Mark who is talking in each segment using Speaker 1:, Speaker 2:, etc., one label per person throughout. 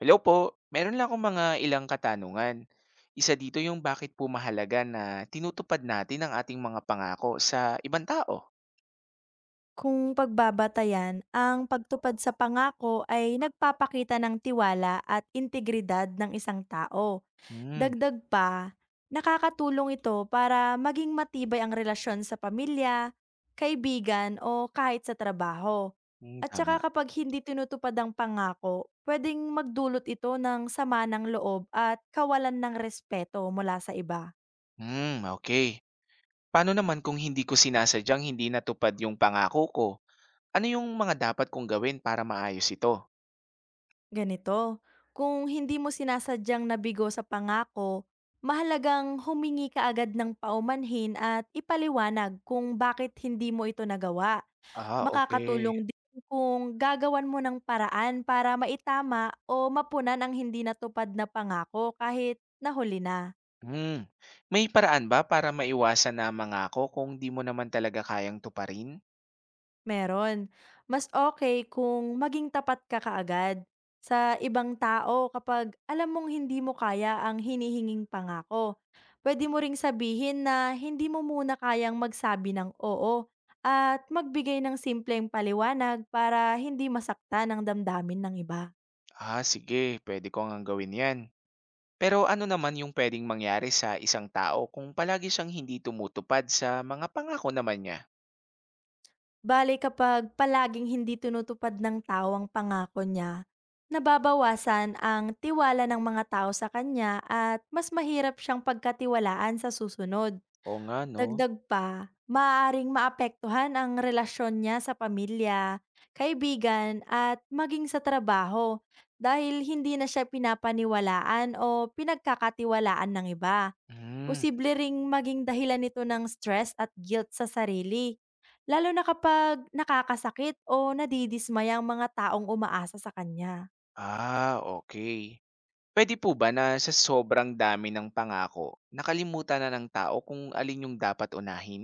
Speaker 1: Hello po. Meron lang akong mga ilang katanungan. Isa dito yung bakit po mahalaga na tinutupad natin ang ating mga pangako sa ibang tao.
Speaker 2: Kung pagbabatayan, ang pagtupad sa pangako ay nagpapakita ng tiwala at integridad ng isang tao.
Speaker 1: Hmm.
Speaker 2: Dagdag pa, nakakatulong ito para maging matibay ang relasyon sa pamilya, kaibigan o kahit sa trabaho.
Speaker 1: Hmm,
Speaker 2: At
Speaker 1: tama.
Speaker 2: saka kapag hindi tinutupad ang pangako, pwedeng magdulot ito ng sama ng loob at kawalan ng respeto mula sa iba.
Speaker 1: Hmm, okay. Paano naman kung hindi ko sinasadyang hindi natupad yung pangako ko? Ano yung mga dapat kong gawin para maayos ito?
Speaker 2: Ganito, kung hindi mo sinasadyang nabigo sa pangako, mahalagang humingi ka agad ng paumanhin at ipaliwanag kung bakit hindi mo ito nagawa.
Speaker 1: Ah, okay.
Speaker 2: Makakatulong din kung gagawan mo ng paraan para maitama o mapunan ang hindi natupad na pangako kahit nahuli na.
Speaker 1: Hmm. May paraan ba para maiwasan na mangako kung di mo naman talaga kayang tuparin?
Speaker 2: Meron. Mas okay kung maging tapat ka kaagad sa ibang tao kapag alam mong hindi mo kaya ang hinihinging pangako. Puwede mo ring sabihin na hindi mo muna kayang magsabi ng oo at magbigay ng simpleng paliwanag para hindi masakta ang damdamin ng iba.
Speaker 1: Ah, sige, pwede ko nga gawin yan. Pero ano naman yung pwedeng mangyari sa isang tao kung palagi siyang hindi tumutupad sa mga pangako naman niya?
Speaker 2: Bale kapag palaging hindi tinutupad ng tao ang pangako niya, nababawasan ang tiwala ng mga tao sa kanya at mas mahirap siyang pagkatiwalaan sa susunod.
Speaker 1: Oo nga, no?
Speaker 2: Dagdag pa, maaaring maapektuhan ang relasyon niya sa pamilya, kaibigan at maging sa trabaho dahil hindi na siya pinapaniwalaan o pinagkakatiwalaan ng iba.
Speaker 1: Hmm.
Speaker 2: Posible ring maging dahilan nito ng stress at guilt sa sarili, lalo na kapag nakakasakit o nadidismaya ang mga taong umaasa sa kanya.
Speaker 1: Ah, okay. Pwede po ba na sa sobrang dami ng pangako, nakalimutan na ng tao kung alin yung dapat unahin?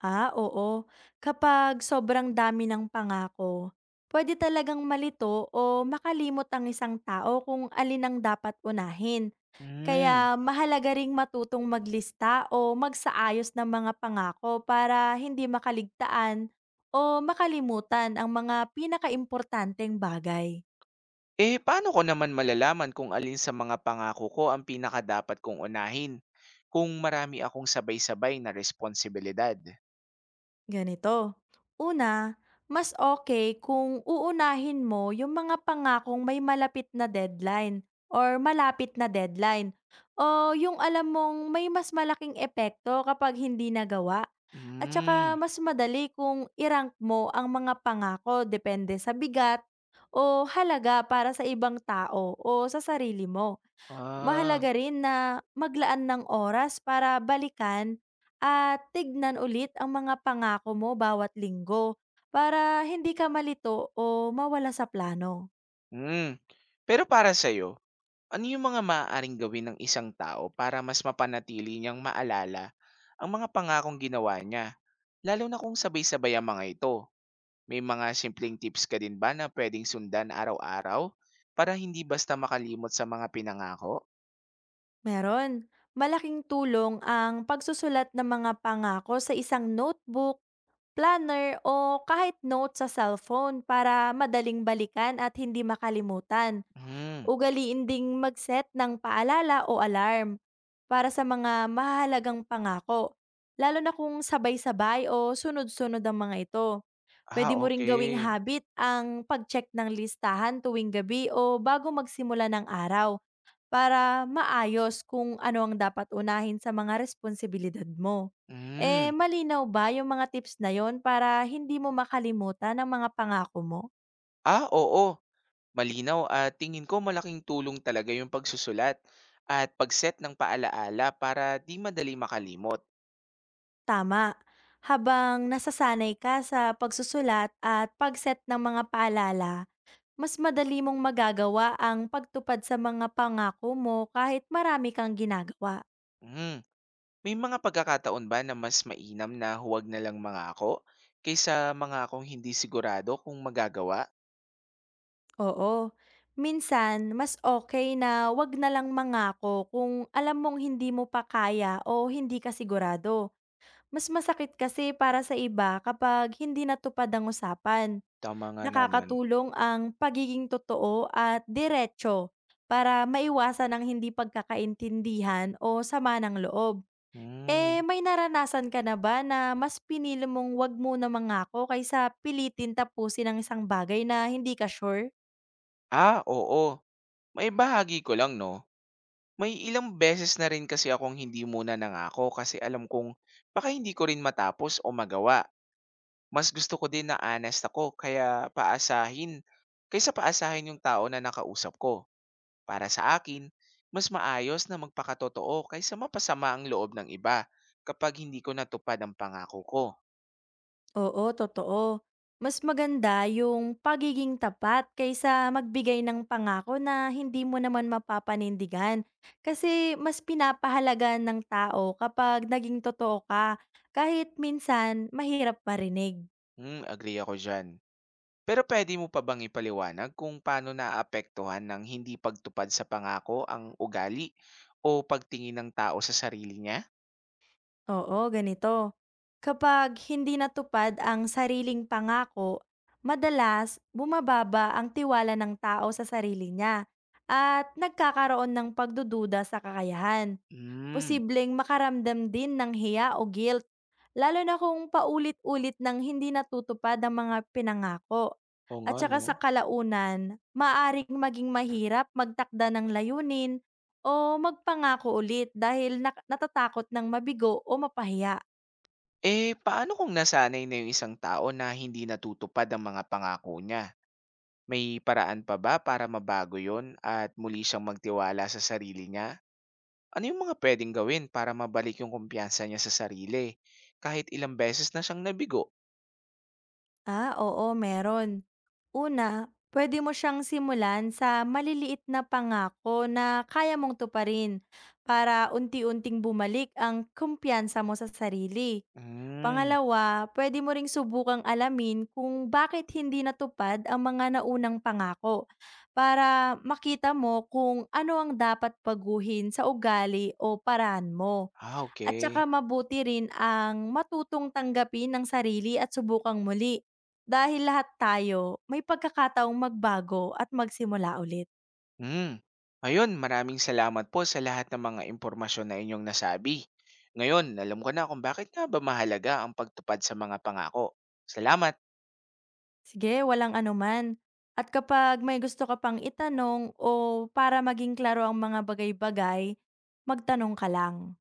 Speaker 2: Ah, oo. Kapag sobrang dami ng pangako, pwede talagang malito o makalimot ang isang tao kung alin ang dapat unahin.
Speaker 1: Hmm.
Speaker 2: Kaya mahalaga ring matutong maglista o magsaayos ng mga pangako para hindi makaligtaan o makalimutan ang mga pinakaimportanteng bagay.
Speaker 1: Eh, paano ko naman malalaman kung alin sa mga pangako ko ang pinaka dapat kong unahin? Kung marami akong sabay-sabay na responsibilidad.
Speaker 2: Ganito. Una, mas okay kung uunahin mo yung mga pangakong may malapit na deadline or malapit na deadline o yung alam mong may mas malaking epekto kapag hindi nagawa. At
Speaker 1: Hmm.
Speaker 2: saka mas madali kung irank mo ang mga pangako depende sa bigat o halaga para sa ibang tao o sa sarili mo.
Speaker 1: Ah.
Speaker 2: Mahalaga rin na maglaan ng oras para balikan at tignan ulit ang mga pangako mo bawat linggo para hindi ka malito o mawala sa plano.
Speaker 1: Hmm. Pero para sa'yo, ano yung mga maaaring gawin ng isang tao para mas mapanatili niyang maalala ang mga pangakong ginawa niya, lalo na kung sabay-sabay ang mga ito? May mga simpleng tips ka din ba na pwedeng sundan araw-araw para hindi basta makalimot sa mga pinangako?
Speaker 2: Meron, malaking tulong ang pagsusulat ng mga pangako sa isang notebook, planner o kahit note sa cellphone para madaling balikan at hindi makalimutan.
Speaker 1: Hmm.
Speaker 2: Ugaliin ding mag-set ng paalala o alarm para sa mga mahalagang pangako, lalo na kung sabay-sabay o sunod-sunod ang mga ito. Pwede
Speaker 1: Ah,
Speaker 2: mo ring gawing
Speaker 1: okay.
Speaker 2: habit ang pag-check ng listahan tuwing gabi o bago magsimula ng araw para maayos kung ano ang dapat unahin sa mga responsibilidad mo.
Speaker 1: Hmm.
Speaker 2: Eh, malinaw ba yung mga tips na yon para hindi mo makalimutan ang mga pangako mo?
Speaker 1: Ah, oo, malinaw at tingin ko malaking tulong talaga yung pagsusulat at pagset ng paalaala para 'di madali makalimot.
Speaker 2: Tama. Habang nasasanay ka sa pagsusulat at pagset ng mga paalala, mas madali mong magagawa ang pagtupad sa mga pangako mo kahit marami kang ginagawa.
Speaker 1: Hmm. May mga pagkakataon ba na mas mainam na huwag na lang mga ako kaysa mga mangakong hindi sigurado kung magagawa?
Speaker 2: Oo. Minsan, mas okay na wag na lang mangako kung alam mong hindi mo pa kaya o hindi ka sigurado. Mas masakit kasi para sa iba kapag hindi natupad ang usapan.
Speaker 1: Tama nga naman.
Speaker 2: Nakakatulong ang pagiging totoo at diretso para maiwasan ang hindi pagkakaintindihan o sama ng loob.
Speaker 1: Hmm.
Speaker 2: Eh, may naranasan ka na ba na mas pinili mong wag muna mangako kaysa pilitin tapusin ang isang bagay na hindi ka sure?
Speaker 1: Ah, oo. Maibahagi ko lang 'no, may ilang beses na rin kasi akong hindi muna nangako kasi alam kong baka hindi ko rin matapos o magawa. Mas gusto ko din na honest ako kaya paasahin kaysa paasahin yung tao na nakausap ko. Para sa akin, mas maayos na magpakatotoo kaysa mapasama ang loob ng iba kapag hindi ko natupad ang pangako ko.
Speaker 2: Oo, totoo. Mas maganda yung pagiging tapat kaysa magbigay ng pangako na hindi mo naman mapapanindigan. Kasi mas pinapahalaga ng tao kapag naging totoo ka, kahit minsan mahirap marinig.
Speaker 1: Hmm, agree ako diyan. Pero puwede mo pa bang ipaliwanag kung paano naapektuhan ng hindi pagtupad sa pangako ang ugali o pagtingin ng tao sa sarili niya?
Speaker 2: Oo, ganito. Kapag hindi natupad ang sariling pangako, madalas bumababa ang tiwala ng tao sa sarili niya at nagkakaroon ng pagdududa sa kakayahan.
Speaker 1: Hmm,
Speaker 2: Posibleng makaramdam din ng hiya o guilt, lalo na kung paulit-ulit ng hindi natutupad ang mga pinangako.
Speaker 1: oo nga
Speaker 2: At saka
Speaker 1: 'no.
Speaker 2: sa kalaunan, maaring maging mahirap magtakda ng layunin o magpangako ulit dahil natatakot ng mabigo o mapahiya.
Speaker 1: Eh, paano kung nasanay na yung isang tao na hindi natutupad ang mga pangako niya? May paraan pa ba para mabago yon at muli siyang magtiwala sa sarili niya? Ano yung mga pwedeng gawin para mabalik yung kumpiyansa niya sa sarili kahit ilang beses na siyang nabigo?
Speaker 2: Ah, oo, meron. Una, pwede mo siyang simulan sa maliliit na pangako na kaya mong tuparin para unti-unting bumalik ang kumpiyansa mo sa sarili.
Speaker 1: Hmm,
Speaker 2: Pangalawa, pwede mo ring subukang alamin kung bakit hindi natupad ang mga naunang pangako para makita mo kung ano ang dapat baguhin sa ugali o paraan mo.
Speaker 1: ah,
Speaker 2: At
Speaker 1: okey.
Speaker 2: saka mabuti rin ang matutong tanggapin ng sarili at subukang muli dahil lahat tayo may pagkakataong magbago at magsimula ulit.
Speaker 1: Hmm. Ayun, maraming salamat po sa lahat ng mga impormasyon na inyong nasabi. Ngayon, alam ko na kung bakit nga ba mahalaga ang pagtupad sa mga pangako. Salamat!
Speaker 2: Sige, walang anuman. At kapag may gusto ka pang itanong o para maging klaro ang mga bagay-bagay, magtanong ka lang.